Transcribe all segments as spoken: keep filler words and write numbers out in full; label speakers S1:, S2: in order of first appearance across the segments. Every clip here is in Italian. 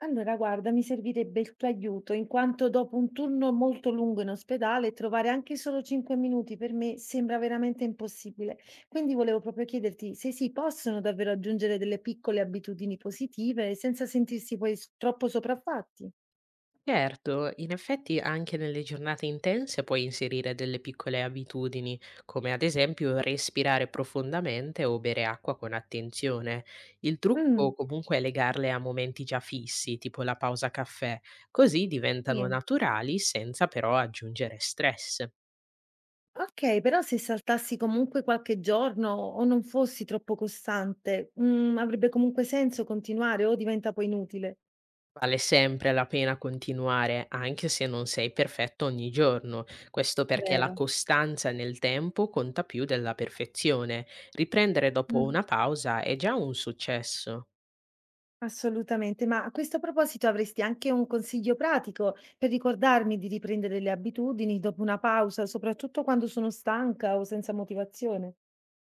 S1: Allora, guarda, mi servirebbe il tuo aiuto, in quanto dopo un turno molto lungo in ospedale, trovare anche solo cinque minuti per me sembra veramente impossibile. Quindi volevo proprio chiederti se si possono davvero aggiungere delle piccole abitudini positive senza sentirsi poi s- troppo sopraffatti.
S2: Certo, in effetti anche nelle giornate intense puoi inserire delle piccole abitudini, come ad esempio respirare profondamente o bere acqua con attenzione. Il trucco
S1: Mm,
S2: comunque è legarle a momenti già fissi, tipo la pausa caffè, così diventano
S1: sì.
S2: naturali senza però aggiungere stress.
S1: Ok, però se saltassi comunque qualche giorno o non fossi troppo costante, mm, avrebbe comunque senso continuare o diventa poi inutile?
S2: Vale sempre la pena continuare, anche se non sei perfetto ogni giorno. Questo perché la
S1: Vero.
S2: costanza nel tempo conta più della perfezione. Riprendere dopo una pausa è già un successo.
S1: Assolutamente, ma a questo proposito avresti anche un consiglio pratico per ricordarmi di riprendere le abitudini dopo una pausa, soprattutto quando sono stanca o senza motivazione?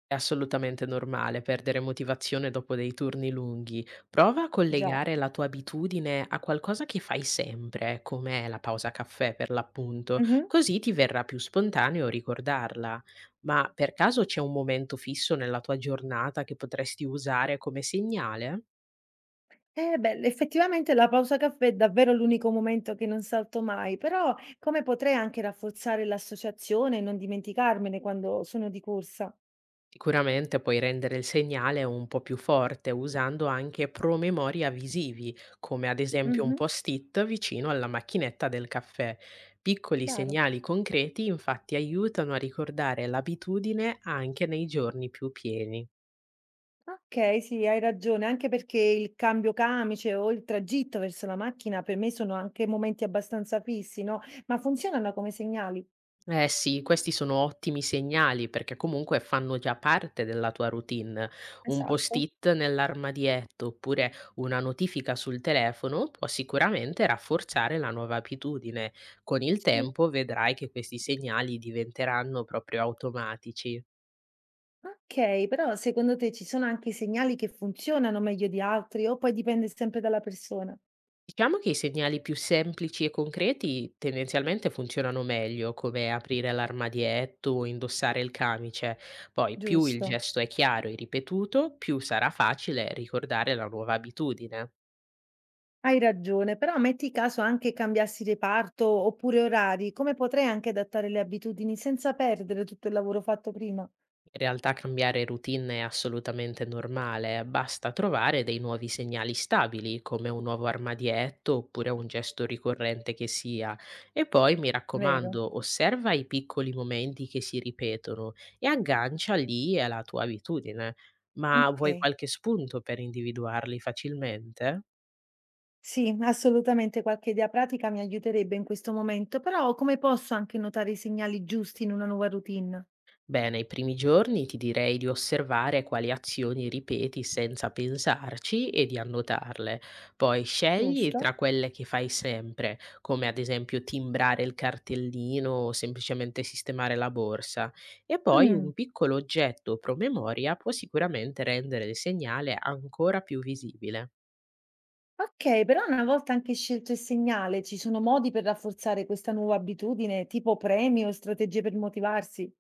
S2: È assolutamente normale perdere motivazione dopo dei turni lunghi. Prova a
S1: Già.
S2: collegare la tua abitudine a qualcosa che fai sempre, come la pausa caffè per l'appunto,
S1: Mhm.
S2: così ti verrà più spontaneo ricordarla. Ma per caso c'è un momento fisso nella tua giornata che potresti usare come segnale?
S1: Eh beh, effettivamente la pausa caffè è davvero l'unico momento che non salto mai, però come potrei anche rafforzare l'associazione e non dimenticarmene quando sono di corsa?
S2: Sicuramente puoi rendere il segnale un po' più forte usando anche promemoria visivi, come ad esempio un
S1: Mhm.
S2: post-it vicino alla macchinetta del caffè. Piccoli
S1: Chiaro.
S2: segnali concreti infatti aiutano a ricordare l'abitudine anche nei giorni più pieni.
S1: Okay, sì, hai ragione, anche perché il cambio camice o il tragitto verso la macchina per me sono anche momenti abbastanza fissi, no, ma funzionano come segnali?
S2: Eh sì, questi sono ottimi segnali perché comunque fanno già parte della tua routine. Un
S1: Esatto,
S2: post-it nell'armadietto oppure una notifica sul telefono può sicuramente rafforzare la nuova abitudine. Con il
S1: sì.
S2: tempo vedrai che questi segnali diventeranno proprio automatici.
S1: Okay, però secondo te ci sono anche segnali che funzionano meglio di altri o poi dipende sempre dalla persona?
S2: Diciamo che i segnali più semplici e concreti tendenzialmente funzionano meglio, come aprire l'armadietto o indossare il camice. Poi più il
S1: Giusto,
S2: gesto è chiaro e ripetuto, più sarà facile ricordare la nuova abitudine.
S1: hai ragione, però metti caso anche cambiassi reparto oppure orari, come potrei anche adattare le abitudini senza perdere tutto il lavoro fatto prima?
S2: In realtà cambiare routine è assolutamente normale, basta trovare dei nuovi segnali stabili, come un nuovo armadietto oppure un gesto ricorrente che sia. E poi, mi
S1: Vero,
S2: raccomando, osserva i piccoli momenti che si ripetono e aggancia lì alla tua abitudine. Ma vuoi
S1: okay.
S2: qualche spunto per individuarli facilmente?
S1: Sì, assolutamente qualche idea pratica mi aiuterebbe in questo momento, però come posso anche notare i segnali giusti in una nuova routine?
S2: Beh, nei primi giorni ti direi di osservare quali azioni ripeti senza pensarci e di annotarle. Poi scegli
S1: Giusto?
S2: tra quelle che fai sempre, come ad esempio timbrare il cartellino o semplicemente sistemare la borsa. E poi un
S1: Mm,
S2: piccolo oggetto o promemoria può sicuramente rendere il segnale ancora più visibile.
S1: ok, però una volta anche scelto il segnale, ci sono modi per rafforzare questa nuova abitudine, tipo premi o strategie per motivarsi?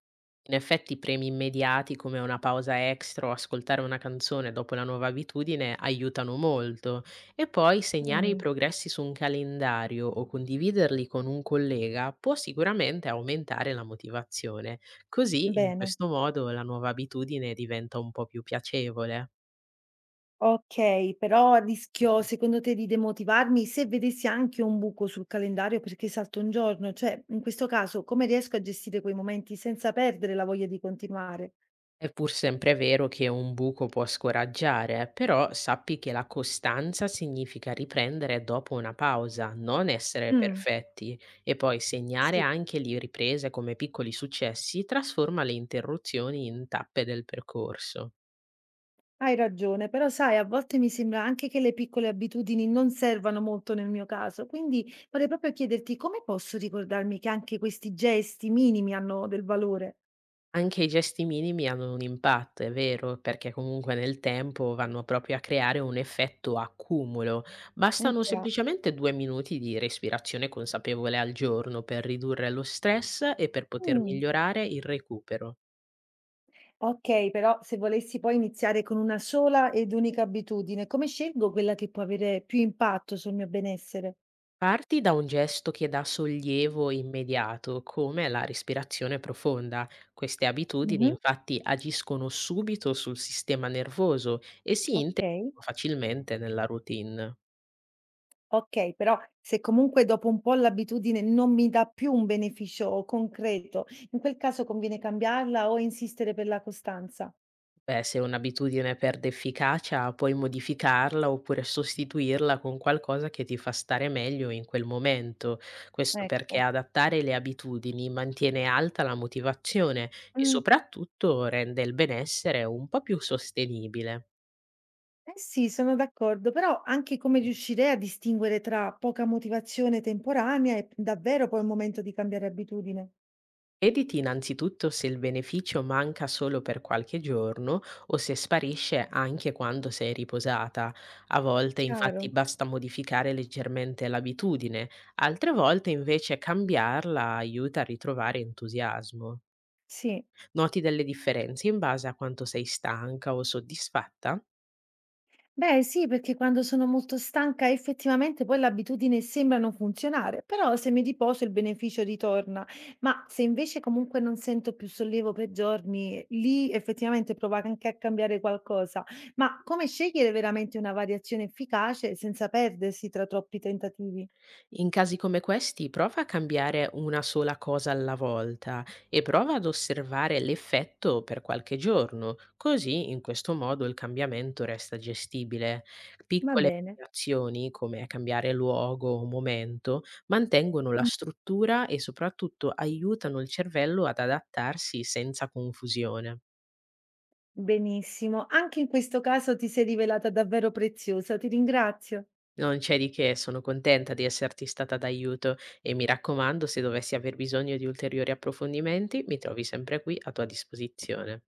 S2: In effetti premi immediati come una pausa extra o ascoltare una canzone dopo la nuova abitudine aiutano molto e poi segnare i
S1: Mm,
S2: progressi su un calendario o condividerli con un collega può sicuramente aumentare la motivazione. Così, in
S1: bene.
S2: questo modo, la nuova abitudine diventa un po' più piacevole.
S1: Ok, però rischio secondo te di demotivarmi se vedessi anche un buco sul calendario perché salto un giorno? Cioè, in questo caso, come riesco a gestire quei momenti senza perdere la voglia di continuare?
S2: È pur sempre vero che un buco può scoraggiare, però sappi che la costanza significa riprendere dopo una pausa, non essere
S1: Mm.
S2: perfetti. E poi segnare
S1: Sì,
S2: anche le riprese come piccoli successi trasforma le interruzioni in tappe del percorso.
S1: hai ragione, però sai a volte mi sembra anche che le piccole abitudini non servano molto nel mio caso, quindi vorrei proprio chiederti come posso ricordarmi che anche questi gesti minimi hanno del valore?
S2: Anche i gesti minimi hanno un impatto, è vero, perché comunque nel tempo vanno proprio a creare un effetto accumulo.
S1: Eh
S2: Bastano
S1: già.
S2: semplicemente due minuti di respirazione consapevole al giorno per ridurre lo stress e per poter
S1: Mm.
S2: migliorare il recupero.
S1: Ok, però se volessi poi iniziare con una sola ed unica abitudine, come scelgo quella che può avere più impatto sul mio benessere?
S2: Parti da un gesto che dà sollievo immediato, come la respirazione profonda. Queste abitudini
S1: Mhm.
S2: infatti agiscono subito sul sistema nervoso e si
S1: Ok.
S2: integrano facilmente nella routine.
S1: Okay, però se comunque dopo un po' l'abitudine non mi dà più un beneficio concreto, in quel caso conviene cambiarla o insistere per la costanza?
S2: Beh, se un'abitudine perde efficacia, puoi modificarla oppure sostituirla con qualcosa che ti fa stare meglio in quel momento. Questo perché
S1: Ecco.
S2: adattare le abitudini mantiene alta la motivazione e
S1: Mh.
S2: soprattutto rende il benessere un po' più sostenibile.
S1: Eh sì, sono d'accordo, però anche come riuscirei a distinguere tra poca motivazione temporanea e p davvero poi un momento di cambiare abitudine?
S2: Editi innanzitutto se il beneficio manca solo per qualche giorno o se sparisce anche quando sei riposata. A volte infatti
S1: Chiaro,
S2: basta modificare leggermente l'abitudine, altre volte invece cambiarla aiuta a ritrovare entusiasmo.
S1: sì.
S2: Noti delle differenze in base a quanto sei stanca o soddisfatta?
S1: Beh, sì, perché quando sono molto stanca effettivamente poi l'abitudine sembra non funzionare, però se mi riposo il beneficio ritorna. Ma se invece comunque non sento più sollevo per giorni, lì effettivamente prova anche a cambiare qualcosa. Ma come scegliere veramente una variazione efficace senza perdersi tra troppi tentativi?
S2: In casi come questi, prova a cambiare una sola cosa alla volta e prova ad osservare l'effetto per qualche giorno, così in questo modo il cambiamento resta gestibile.
S1: Va
S2: Piccole
S1: bene.
S2: azioni come cambiare luogo o momento mantengono la struttura e soprattutto aiutano il cervello ad adattarsi senza confusione.
S1: Benissimo, anche in questo caso ti sei rivelata davvero preziosa, ti ringrazio.
S2: Non c'è di che, sono contenta di esserti stata d'aiuto e mi raccomando, se dovessi aver bisogno di ulteriori approfondimenti, mi trovi sempre qui a tua disposizione.